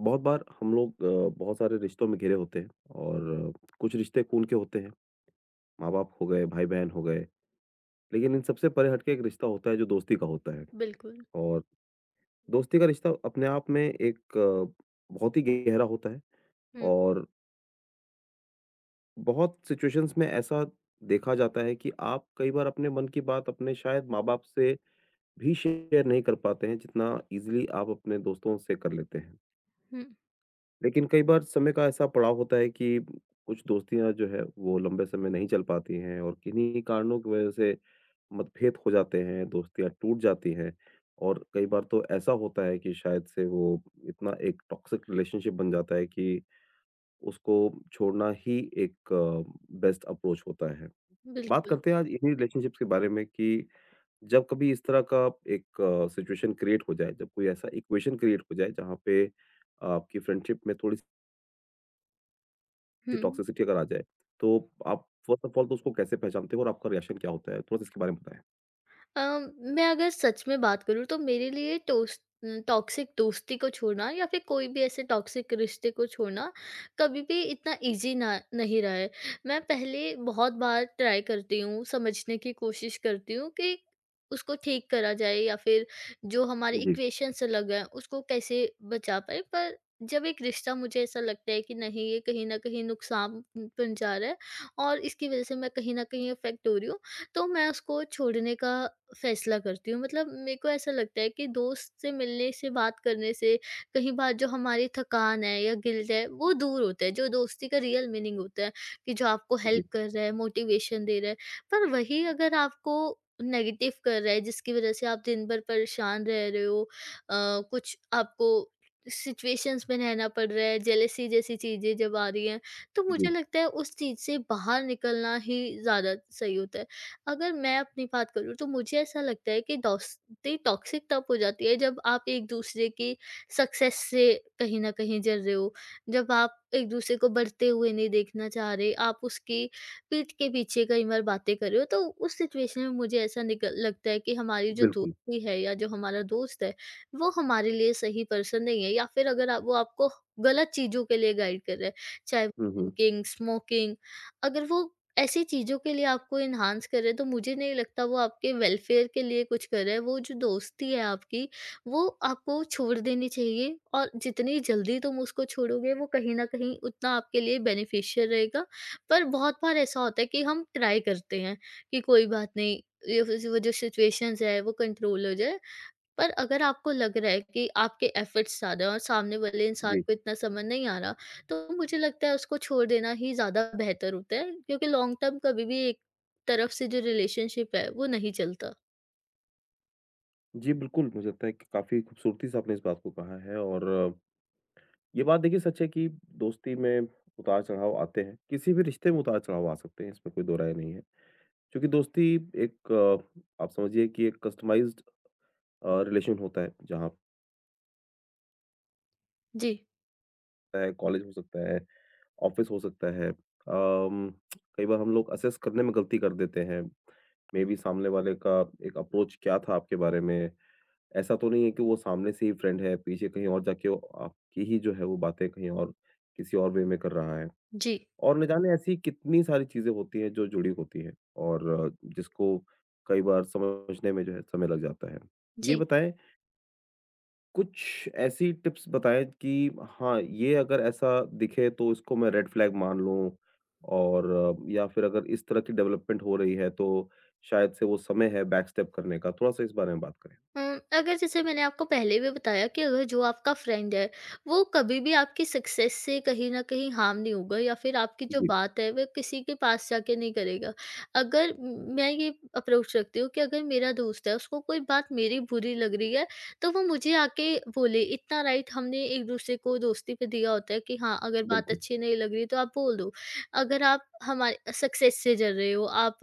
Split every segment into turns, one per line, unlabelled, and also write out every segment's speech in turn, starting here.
बहुत बार हम लोग बहुत सारे रिश्तों में घिरे होते हैं और कुछ रिश्ते खून के होते हैं। माँ बाप हो गए, भाई बहन हो गए, लेकिन इन सबसे परे हटके एक रिश्ता होता है जो दोस्ती का होता है।
बिल्कुल।
और दोस्ती का रिश्ता अपने आप में एक बहुत ही गहरा होता है।
हुँ,
और बहुत सिचुएशंस में ऐसा देखा जाता है कि आप कई बार अपने मन की बात अपने शायद माँ बाप से भी शेयर नहीं कर पाते हैं जितना इजिली आप अपने दोस्तों से कर लेते हैं।
हुँ।
लेकिन कई बार समय का ऐसा पड़ाव होता है कि कुछ दोस्तियाँ जो है वो लंबे समय नहीं चल पाती हैं और किन्हीं कारणों की वजह से मतभेद हो जाते हैं, दोस्तियाँ टूट जाती हैं। और कई बार तो ऐसा होता है कि शायद से वो इतना एक टॉक्सिक रिलेशनशिप बन जाता है कि उसको छोड़ना ही एक बेस्ट अप्रोच होता है। बात
बिल्कुल।
करते हैं आज इन्हीं रिलेशनशिप्स के बारे में कि जब कभी इस तरह का एक सिचुएशन क्रिएट हो जाए, जब कोई ऐसा इक्वेशन क्रिएट हो जाए जहाँ पे आपकी फ्रेंडशिप में थोड़ी की
हुँ।
टॉक्सिसिटी अगर आ जाए, तो आप फ़र्स्ट ऑफ ऑल तो उसको कैसे पहचानते हो और आपका रिएक्शन क्या होता है? थोड़ा-सा इसके बारे में बताएँ?
अ, मैं अगर सच में बात करूँ तो मेरे लिए टोस टॉक्सिक दोस्ती को छोड़ना या फिर कोई भी ऐसे टॉक्सिक रिश्ते को छोड़ना कभी भी इतना इजी ना नहीं रहा है। मैं पहले बहुत बार ट्राई करती हूँ, समझने की कोशिश करती हूँ कि उसको ठीक करा जाए या फिर जो हमारे
जी,
इक्वेशन से लग गए उसको कैसे बचा पाए। पर जब एक रिश्ता मुझे ऐसा लगता है कि नहीं, ये कहीं न कहीं नुकसान पहुँचा रहा है और इसकी वज़ह से मैं कहीं न कहीं अफेक्ट हो रही हूँ। तो मैं उसको छोड़ने का फैसला करती हूँ। मतलब मेरे को ऐसा लगता है कि दोस्त से मिलने से, बात करने से कहीं बार जो हमारी थकान है या गिल्ट है, वो दूर होता है, जो दोस्ती का रियल मीनिंग होता है कि जो आपको
जी,
हेल्प कर रहा है, मोटिवेशन दे रहा है। पर वही अगर आपको नेगेटिव कर रहा है, जिसकी वज़ह से आप दिन भर परेशान रह रहे हो, अ, कुछ आपको सिचुएशंस में रहना पड़ रहा है, जेलसी जैसी चीज़ें जब आ रही हैं, तो
जी,
मुझे लगता है उस चीज़ से बाहर निकलना ही ज़्यादा सही होता है। अगर मैं अपनी बात करूँ तो मुझे ऐसा लगता है कि दोस्ती टॉक्सिक तब हो जाती है जब आप एक दूसरे की सक्सेस से कहीं न कहीं जल रहे हो। जब आप एक दूसरे को बढ़ते हुए नहीं देखना चाह रहे, आप उसकी पीठ के पीछे कई बार बातें कर रहे हो, तो उस सिचुएशन में मुझे ऐसा निकल लगता है कि हमारी जो
बिल्कुल।
दोस्ती है या जो हमारा दोस्त है, वो हमारे लिए सही पर्सन नहीं है। या फिर अगर आप वो आपको गलत चीज़ों के लिए गाइड कर रहा है, चाहे
हुँ, हुँ।
ड्रिंकिंग, स्मोकिंग, अगर वो ऐसी चीज़ों के लिए आपको एनहांस कर रहे हैं, तो मुझे नहीं लगता वो आपके वेलफेयर के लिए कुछ कर रहा है। वो जो दोस्ती है आपकी, वो आपको छोड़ देनी चाहिए और जितनी जल्दी तुम उसको छोड़ोगे, वो कहीं न कहीं उतना आपके लिए बेनिफिशियल रहेगा। पर बहुत बार ऐसा होता है कि हम ट्राई करते हैं कि कोई बात नहीं, ये वो जो सिचुएशंस है, वो कंट्रोल हो जाए। पर अगर आपको लग रहा है कि आपके एफर्ट्स ज़्यादा हैं और सामने वाले इंसान
जी,
को इतना समझ नहीं आ रहा, तो मुझे लगता है उसको छोड़ देना ही ज़्यादा बेहतर होता है, क्योंकि लॉन्ग टर्म कभी भी एक तरफ से जो रिलेशनशिप है, वो नहीं चलता।
जी, बिल्कुल, मुझे लगता है कि काफ़ी खूबसूरती से आपने इस बात को कहा है। और ये बात देखिए सच है कि दोस्ती में उतार-चढ़ाव आते हैं, किसी भी रिश्ते में उतार-चढ़ाव आ सकते हैं, इसमें कोई दो राय नहीं है। क्योंकि दोस्ती एक आप समझिए कि एक कस्टमाइज़्ड रिलेशन होता है, जहाँ
जी,
पे कॉलेज हो सकता है, ऑफिस हो सकता है। कई बार हम लोग असेस करने में गलती कर देते हैं। मेबी सामने वाले का एक अप्रोच क्या था आपके बारे में? ऐसा तो नहीं है कि वो सामने से ही फ्रेंड है, पीछे कहीं और जाके वो आपकी ही जो है वो बातें कहीं और किसी और वे में कर रहा है।
जी,
और न जाने ऐसी कितनी सारी चीज़ें होती हैं जो जुड़ी होती हैं, और जिसको कई बार समझने में जो है समय लग जाता है। ये
जी।
बताएँ, कुछ ऐसी टिप्स बताएँ कि हाँ, ये अगर ऐसा दिखे तो इसको मैं रेड फ्लैग मान लूँ, और या फिर अगर इस तरह की डेवलपमेंट हो रही है तो शायद से वो समय है बैक स्टेप करने का, थोड़ा-सा इस बारे में बात करें?
अगर जैसे मैंने आपको पहले भी बताया कि अगर जो आपका फ्रेंड है, वो कभी भी आपकी सक्सेस से कहीं न कहीं हार्म नहीं होगा या फिर आपकी जो
जी,
बात है, वह किसी के पास जाके नहीं करेगा। अगर म मैं ये अप्रोच रखती हूँ कि अगर मेरा दोस्त है, उसको कोई बात मेरी बुरी लग रही है, तो वो मुझे आके बोले, इतना राइट हमने एक-दूसरे को दोस्ती पे दिया होता है कि हाँ, अगर बात
बिल्कुल।
अच्छी नहीं लग रही, तो आप बोल दो। अगर आप हमारे सक्सेस से जल रहे हो, आप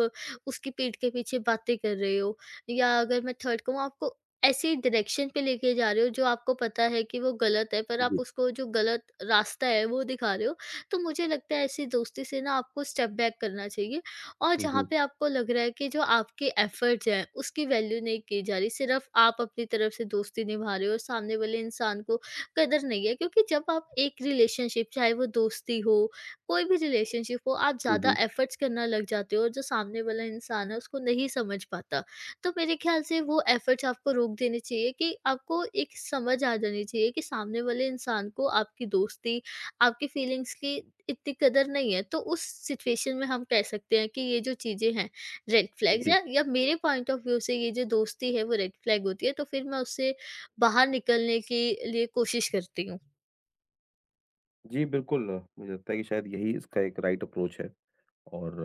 उसकी पीठ के पीछे बातें कर रहे हो, या अगर मैं थर्ड कहूँ, आपको ऐसी डायरेक्शन पे लेके जा रहे हो जो आपको पता है कि वो गलत है, पर आप
जी।
उसको जो गलत रास्ता है वो दिखा रहे हो। तो मुझे लगता है ऐसी दोस्ती से ना आपको स्टेप बैक करना चाहिए, और
हुँ,
जहाँ
हुँ।
पे आपको लग रहा है कि जो आपके एफर्ट्स हैं उसकी वैल्यू नहीं की जा रही, सिर्फ़ आप अपनी तरफ से दोस्ती निभा रहे हो और सामने वाले इंसान को कदर नहीं है। क्योंकि जब आप एक रिलेशनशिप, चाहे वो दोस्ती हो, कोई भी रिलेशनशिप हो, आप
हुँ,
ज़्यादा
हुँ।
एफर्ट्स करना लग जाते हो और जो सामने वाला इंसान है उसको नहीं समझ पाता। तो मेरे ख़्याल से वो एफ़र्ट्स आपको रोक देने चाहिए कि आपको एक समझ आ जानी चाहिए कि सामने वाले इंसान को आपकी दोस्ती, आपकी फ़ीलिंग्स की इतनी कदर नहीं है। तो उस सिचुएशन में हम कह सकते हैं कि ये जो चीज़ें हैं, रेड फ़्लैग्स
जी।
हैं, या मेरे पॉइंट ऑफ़ व्यू से ये जो दोस्ती है वो रेड फ़्लैग होती है, तो फिर मैं उससे बाहर निकलने के लिए कोशिश करती हूँ।
जी, बिल्कुल, मुझे लगता है कि शायद यही इसका एक राइट अप्रोच है। और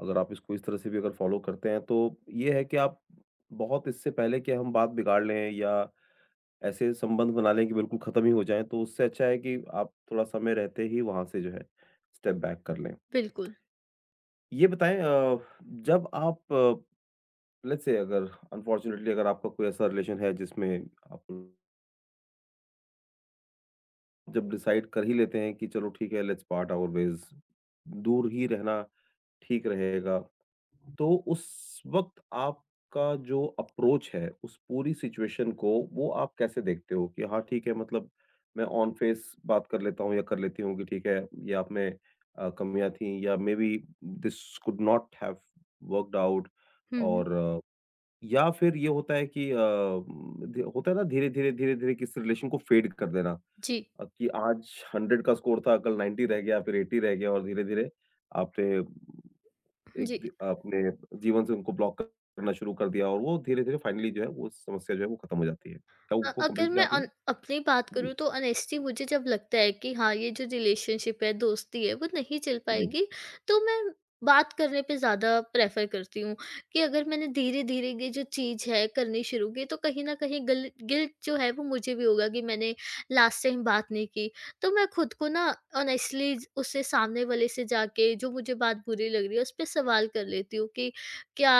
अगर आप इसको इस तरह से भी अगर फॉलो करते हैं तो ये है कि आप, बहुत इससे पहले कि हम बात बिगाड़ लें या ऐसे संबंध बना लें कि बिल्कुल खत्म ही हो जाएँ, तो उससे अच्छा है कि आप थोड़ा समय रहते ही वहाँ से जो है स्टेप बैक कर लें।
बिल्कुल।
ये बताएँ, जब आप, लेट्स से, अगर अनफॉर्च्यूनेटली अगर आपका कोई ऐसा रिलेशन है जिसमें आप जब डिसाइड कर ही लेते हैं कि चलो ठीक है लेट्स पार्ट आवर वेज़, दूर ही रहना ठीक रहेगा। तो उस वक़्त आपका जो अप्रोच है, उस पूरी सिचुएशन को वो आप कैसे देखते हो कि हाँ, ठीक है, मतलब मैं ऑन फेस बात कर लेता हूँ या कर लेती हूँ कि ठीक है, ये आप में कमियाँ थीं, या maybe this could not have worked out.
हुँ, हुँ।
और या फिर ये होता है कि अ, ध होता है ना, धीरे-धीरे, धीरे-धीरे किसी रिलेशन को फेड कर देना,
जी,
कि आज 100 का स्कोर था, कल 90 रह गया, फिर 80 रह गया, और धीरे-धीरे आपने एक
जी।
दि अपने जीवन से उनको ब्लॉक करना शुरू कर दिया, और वो धीरे-धीरे फाइनली जो है वो समस्या जो है वो ख़त्म हो जाती है। क्या उनको
अगर
कंप्लीटली
मैं
आपने
अन अपनी बात
जी,
करूँ तो ऑनेस्टी मुझे जब लगता है कि हाँ, ये जो रिलेशनशिप है, दोस्ती है, वो नहीं चल
जी,
पाएगी, तो मैं बात करने पे ज़्यादा प्रेफर करती हूँ कि अगर मैंने धीरे धीरे ये जो चीज़ है करनी शुरू की, तो कहीं ना कहीं गिल्ट जो है वो मुझे भी होगा कि मैंने लास्ट टाइम बात नहीं की। तो मैं खुद को ना ऑनेस्टली उससे, सामने वाले से जाके, जो मुझे बात बुरी लग रही है उस पर सवाल कर लेती हूँ कि क्या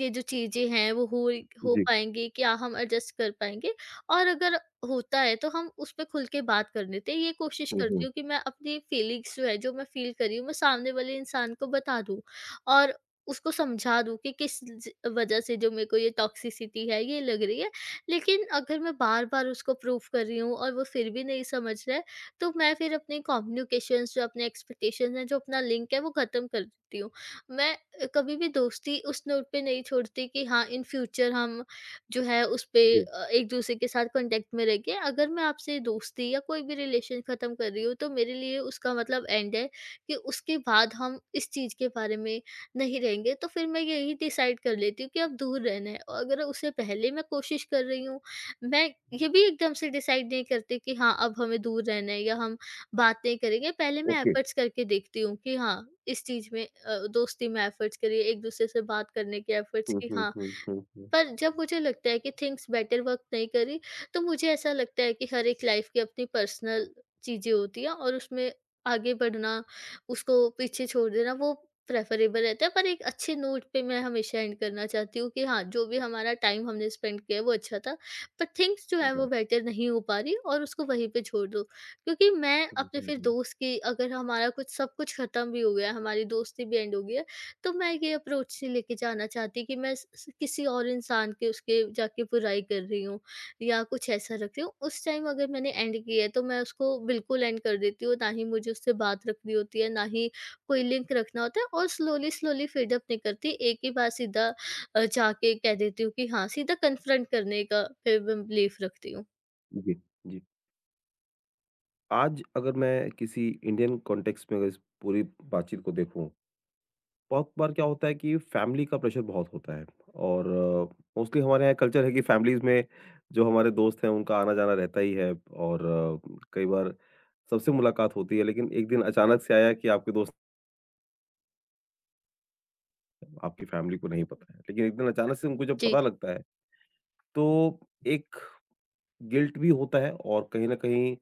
ये जो चीज़ें हैं वो हो
जी।
पाएंगी, क्या हम एडजस्ट कर पाएंगे? और अगर होता है तो हम उस पे खुल के बात कर लेते हैं। ये कोशिश
हुँ, हुँ,
करती हूँ कि मैं अपनी फीलिंग्स जो है, जो मैं फ़ील कर रही हूँ, मैं सामने वाले इंसान को बता दूँ और उसको समझा दूँ कि किस ज वज़ह से जो मेरे को ये टॉक्सिसिटी है, ये लग रही है। लेकिन अगर मैं बार-बार उसको प्रूव कर रही हूँ और वो फिर भी नहीं समझ रहा है, तो मैं फिर अपनी कम्युनिकेशंस, जो अपने एक्सपेक्टेशंस हैं, जो अपना लिंक है, वो ख़त्म कर देती हूँ। मैं कभी भी दोस्ती उस नोट पे नहीं छोड़ती कि हाँ, इन फ्यूचर हम जो है उसपे
जी,
एक-दूसरे के साथ कॉन्टैक्ट में रह के, अगर मैं आपसे दोस्ती या कोई भी रिलेशन ख़त्म कर रही हूँ, तो मेरे लिए उसका मतलब एंड है कि उसके बाद हम इस चीज़ के बारे में नहीं रहेंगे। तो फिर मैं यही डिसाइड कर लेती हूँ कि अब दूर रहना है। और अगर उससे पहले मैं कोशिश कर रही हूँ, मैं ये भी एकदम से डिसाइड नहीं करती कि हाँ, अब हमें दूर रहना है या हम बात नहीं करेंगे। पहले मैं
ओके।
एफ़र्ट्स करके देखती हूँ कि हाँ, इस चीज़ में दोस्ती में एफ़र्ट्स करिए, एक-दूसरे से बात करने के एफ़र्ट्स,
हुँ,
कि
हुँ,
हाँ,
हुँ, हुँ, हुँ,
पर जब मुझे लगता है कि थिंग्स बेटर वर्क नहीं करी, तो मुझे ऐसा लगता है कि हर एक लाइफ की अपनी पर्सनल चीज़ें होती हैं और उसमें आगे बढ़ना, उसको पीछे छोड़ देना वो प्रेफ़रेबल रहता है। पर एक अच्छे नोट पे मैं हमेशा एंड करना चाहती हूँ कि हाँ, जो भी हमारा टाइम हमने स्पेंड किया है वो अच्छा था, पर थिंग्स जो
सही
है वो
बात।
बेटर नहीं हो पा रही, और उसको वहीं पे छोड़ दो। क्योंकि मैं
हुँ,
अपने
हुँ,
फिर
हुँ।
दोस्त की, अगर हमारा कुछ सब कुछ ख़त्म भी हो गया है, हमारी दोस्ती भी एंड हो गई है, तो मैं ये अप्रोच से लेके जाना चाहती कि मैं स स किसी और इंसान के उसके जाके बुराई कर रही हूँ या कुछ ऐसा रख रही हूँ। उस टाइम अगर मैंने एंड किया है तो मैं उसको बिल्कुल एंड कर देती हूँ, ना ही मुझे उससे बात रखनी होती है, ना ही कोई लिंक रखना होता है, और स्लोली, स्लोली फ़ीड अप नहीं करती। एक ही बार सीधा जाके कह देती हूँ कि हाँ, सीधा कन्फ्रंट करने का फिर मैं बिलीफ़ रखती हूँ।
जी, जी। आज अगर मैं किसी इंडियन कॉन्टेक्स्ट में अगर इस पूरी बातचीत को देखूँ, बहुत बार क्या होता है कि फैमिली का प्रेशर बहुत होता है, और मोस्टली हमारे यहाँ कल्चर है कि फैमिलीज में जो हमारे दोस्त हैं उनका आना जाना रहता ही है, और कई बार सबसे मुलाकात होती है, लेकिन एक दिन अचानक से आया कि आपके दोस्त आपकी फैमिली को नहीं पता है, लेकिन एक दिन अचानक से उनको जब पता
जी।
लगता है, तो एक गिल्ट भी होता है, और कहीं ना कहीं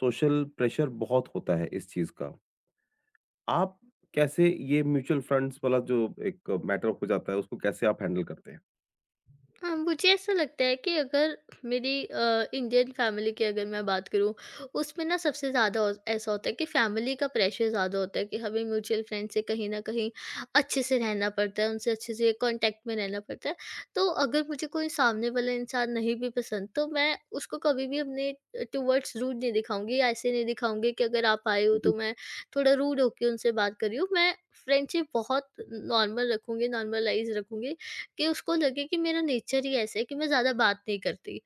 सोशल प्रेशर बहुत होता है इस चीज का। आप कैसे ये म्यूचुअल फंड्स वाला जो एक मैटर हो जाता है उसको कैसे आप हैंडल करते हैं?
हाँ, मुझे ऐसा लगता है कि अगर मेरी इंडियन फैमिली की अगर मैं बात करूँ, उसमें ना सबसे ज़्यादा औ ऐसा होता है कि फैमिली का प्रेशर ज़्यादा होता है कि हमें म्यूचुअल फ्रेंड से कहीं न कहीं अच्छे से रहना पड़ता है, उनसे अच्छे से कॉन्टैक्ट में रहना पड़ता है। तो अगर मुझे कोई सामने वाला इंसान नहीं भी पसंद, तो मैं उसको कभी भी अपने टुवर्ड्स रूड नहीं दिखाऊँगी, या ऐसे नहीं दिखाऊँगी कि अगर आप आए हो,
जी,
तो मैं थोड़ा रूड होके उनसे बात कर रही हूँ। मैं फ्रेंडशिप बहुत नॉर्मल रखूँगी, नॉर्मलाइज़ रखूँगी कि उसको लगे कि मेरा नेचर ही ऐसा है कि मैं ज़्यादा बात नहीं करती।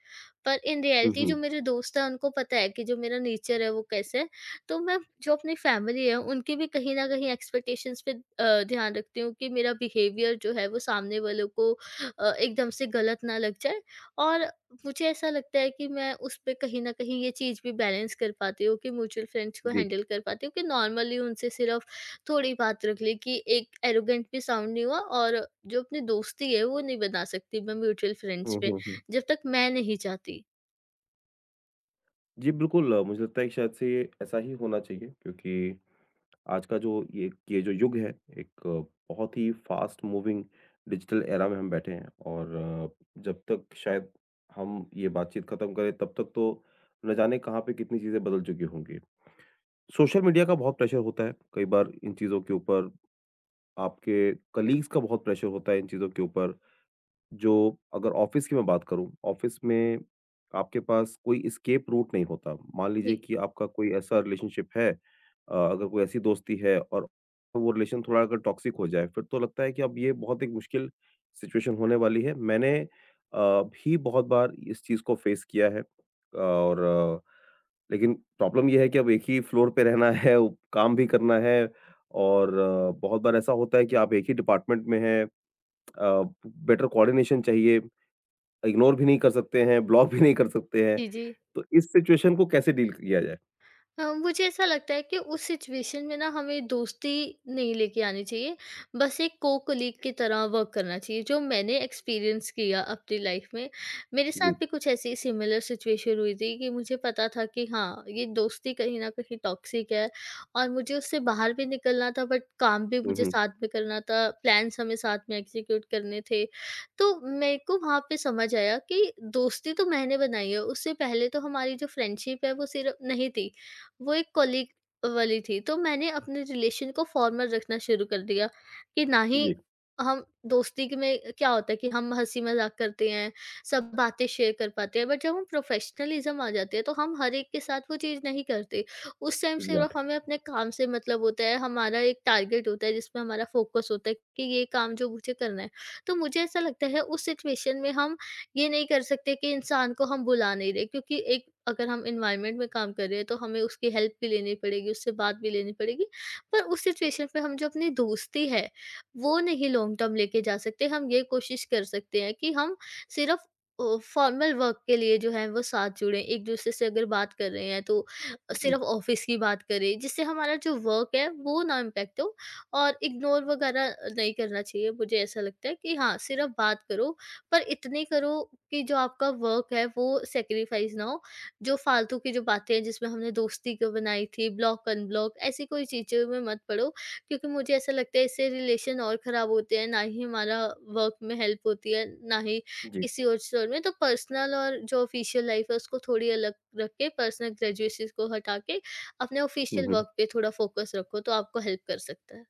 पर इन
हम्म,
रियलिटी जो मेरे दोस्त हैं उनको पता है कि जो मेरा नेचर है वो कैसा है। तो मैं जो अपनी फैमिली है उनकी भी कहीं न कहीं एक्सपेक्टेशंस पे ध्यान रखती हूँ कि मेरा बिहेवियर जो है वो सामने वालों को एकदम से गलत ना लग जाए, और मुझे ऐसा लगता है कि मैं उसपे कहीं न कहीं ये चीज़ भी बैलेंस कर पाती हूँ कि म्यूचुअल फ्रेंड्स को
जी,
हैंडल कर पाती हूँ कि नॉर्मली उनसे सिर्फ थोड़ी बात रख ली कि एक एरोगेंट भी साउंड नहीं हुआ, और जो अपनी दोस्ती है वो नहीं बना सकती मैं म्यूचुअल फ्रेंड्स
हुँ,
पे,
हुँ, हुँ।
जब तक मैं नहीं चाहती।
जी, बिल्कुल, मुझे लगता है कि शायद से ये ऐसा ही होना चाहिए, क्योंकि आज का जो ये जो युग है, एक बहुत ही फ़ास्ट मूविंग डिजिटल एरा में हम बैठे हैं, और जब तक शायद हम ये बातचीत ख़त्म करें, तब तक तो न जाने कहाँ पे कितनी चीज़ें बदल चुकी होंगी। सोशल मीडिया का बहुत प्रेशर होता है, कई बार इन चीज़ों के ऊपर। आपके कलीग्स का बहुत प्रेशर होता है इन चीज़ों के ऊपर। जो अगर ऑफ़िस की मैं बात करूँ, ऑफ़िस में आपके पास कोई एस्केप रूट नहीं होता। मान लीजिए
जी।
कि आपका कोई ऐसा रिलेशनशिप है, अगर कोई ऐसी दोस्ती है और वो रिलेशन थोड़ा अगर टॉक्सिक हो जाए, फिर तो लगता है कि अब ये बहुत एक मुश्किल सिचुएशन होने वाली है। मैंने भी बहुत बार इस चीज़ को फ़ेस किया है। और अ, लेकिन प्रॉब्लम ये है कि अब एक ही फ्लोर पे रहना है, काम भी करना है, और बहुत बार ऐसा होता है कि आप एक ही डिपार्टमेंट में हैं। अ, बेटर कोऑर्डिनेशन चाहिए, इग्नोर भी नहीं कर सकते हैं, ब्लॉक भी नहीं कर सकते हैं।
जी, जी।
तो इस सिचुएशन को कैसे डील किया जाए?
मुझे ऐसा लगता है कि उस सिचुएशन में ना हमें दोस्ती नहीं लेके आनी चाहिए, बस एक को कोलीग की तरह वर्क करना चाहिए, जो मैंने एक्सपीरियंस किया अपनी लाइफ में। मेरे साथ
जी।
भी कुछ ऐसी सिमिलर सिचुएशन हुई थी कि मुझे पता था कि हाँ, ये दोस्ती कहीं न कहीं टॉक्सिक है और मुझे उससे बाहर भी निकलना था, बट काम भी
हुँ,
मुझे
हुँ।
साथ में करना था, प्लान्स हमें साथ में एग्ज़ीक्यूट करने थे। तो मेरे को वहाँ पे समझ आया कि दोस्ती तो मैंने बनाई है, उससे पहले तो हमारी जो फ्रेंडशिप है वो सिर्फ़ नहीं थी, वो एक कॉलीग वाली थी। तो मैंने अपने रिलेशन को फॉर्मल रखना शुरू कर दिया कि ना ही
जी,
हम दोस्ती, क में क्या होता है कि हम हँसी-मज़ाक करते हैं, सब बातें शेयर कर पाते हैं, बट जब हम प्रोफ़ेशनलिज़्म आ जाती है, तो हम हर एक के साथ वो चीज़ नहीं करते। उस टाइम
एग्ज़ैक्टली।
सिर्फ़ हमें अपने काम से मतलब होता है, हमारा एक टारगेट होता है जिसमें हमारा फ़ोकस होता है कि ये काम जो मुझे करना है। तो मुझे ऐसा लगता है उस सिचुएशन में हम ये नहीं कर सकते कि इंसान को हम बुला नहीं रहे, क्योंकि एक अगर हम एनवायरनमेंट में काम कर रहे हैं तो हमें उसकी हेल्प भी लेनी पड़ेगी, उससे बात भी लेनी पड़ेगी। पर उस सिचुएशन पे हम जो अपनी दोस्ती है, वो नहीं लॉन्ग टर्म लेके जा सकते। हम ये कोशिश कर सकते हैं कि हम सिर्फ़ फॉर्मल वर्क के लिए जो है वो साथ जुड़ें। एक-दूसरे से अगर बात कर रहे हैं तो
जी,
सिर्फ़ ऑफ़िस की बात करें, जिससे हमारा जो वर्क है वो ना इम्पैक्ट हो, और इग्नोर वगैरह नहीं करना चाहिए। मुझे ऐसा लगता है कि हाँ, सिर्फ़ बात करो पर इतने करो कि जो आपका वर्क है वो सैक्रिफाइस ना हो। जो फालतू की जो बातें हैं जिसमें हमने दोस्ती क्यों बनाई थी, ब्लॉक अनब्लॉक ऐसी कोई चीज़ों में मत पड़ो, क्योंकि मुझे ऐसा लगता है इससे रिलेशन और ख़राब होते हैं, ना ही हमारा वर्क में हेल्प होती है, ना ही
जी।
किसी और चीज़ में। तो पर्सनल और जो ऑफ़िशियल लाइफ़ है उसको थोड़ी अलग रख के, पर्सनल ग्रेजुएसीज़ को हटा के, अपने
हुँ,
ऑफ़िशियल
हुँ।
वर्क पे थोड़ा फ़ोकस रखो, तो आपको हेल्प कर सकता है।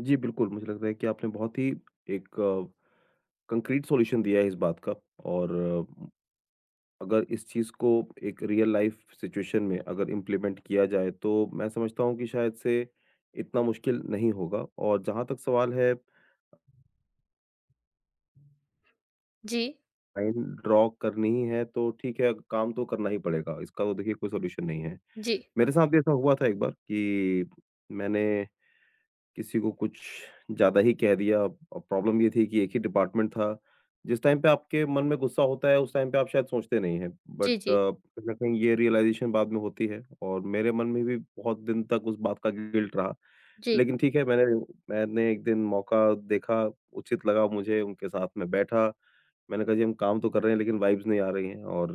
जी, बिल्कुल, मुझे लगता है कि आपने बहुत ही एक कंक्रीट सॉल्यूशन दिया है इस बात का। और अगर इस चीज़ को एक रियल लाइफ़ सिचुएशन में अगर इम्प्लीमेंट किया जाए, तो मैं समझता हूँ कि शायद से इतना मुश्किल नहीं होगा, और जहाँ तक सवाल है
जी,
लाइन ड्रा करनी ही है तो ठीक है, काम तो करना ही पड़ेगा, इसका तो देखिए कोई सॉल्यूशन नहीं है।
जी।
मेरे साथ भी ऐसा हुआ था एक बार कि मैंने किसी को कुछ ज़्यादा ही कह दिया, और प्रॉब्लम ये थी कि एक ही डिपार्टमेंट था। जिस टाइम पे आपके मन में गुस्सा होता है, उस टाइम पे आप शायद सोचते नहीं हैं, बट
जी, जी,
कहीं न कहीं ये रियलाइज़ेशन बाद में होती है, और मेरे मन में भी बहुत दिन तक उस बात का गिल्ट रहा।
जी।
लेकिन ठीक है, मैंने मैंने एक दिन मौका देखा, उचित लगा मुझे, उनके साथ में बैठा। मैंने कहा जी हम काम तो कर रहे हैं लेकिन वाइब्स नहीं आ रही हैं, और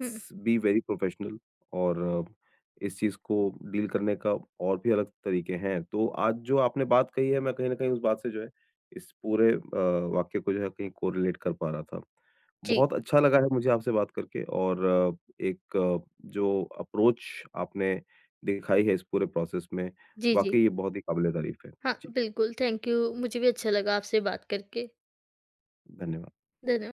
हुँ,
बी वेरी प्रोफेशनल। और अ, इस चीज़ को डील करने का और भी अलग तरीके हैं। तो आज जो आपने बात कही है मैं कहीं न कहीं उस बात से जो है इस पूरे वाक्य को जो है कहीं कोरिलेट कर पा रहा था।
जी,
बहुत अच्छा लगा है मुझे आपसे बात करके। और एक जो अप्रोच आपने दिखाई है इस पूरे प्रोसेस में,
जी, जी।
वाक़ई ये बहुत ही काबिल-ए-तारीफ़ है।
हाँ,
जी,
बिल्कुल, थैंक यू। मुझे भी अच्छा लगा आपसे बात करके।
धन्यवाद।
धन्य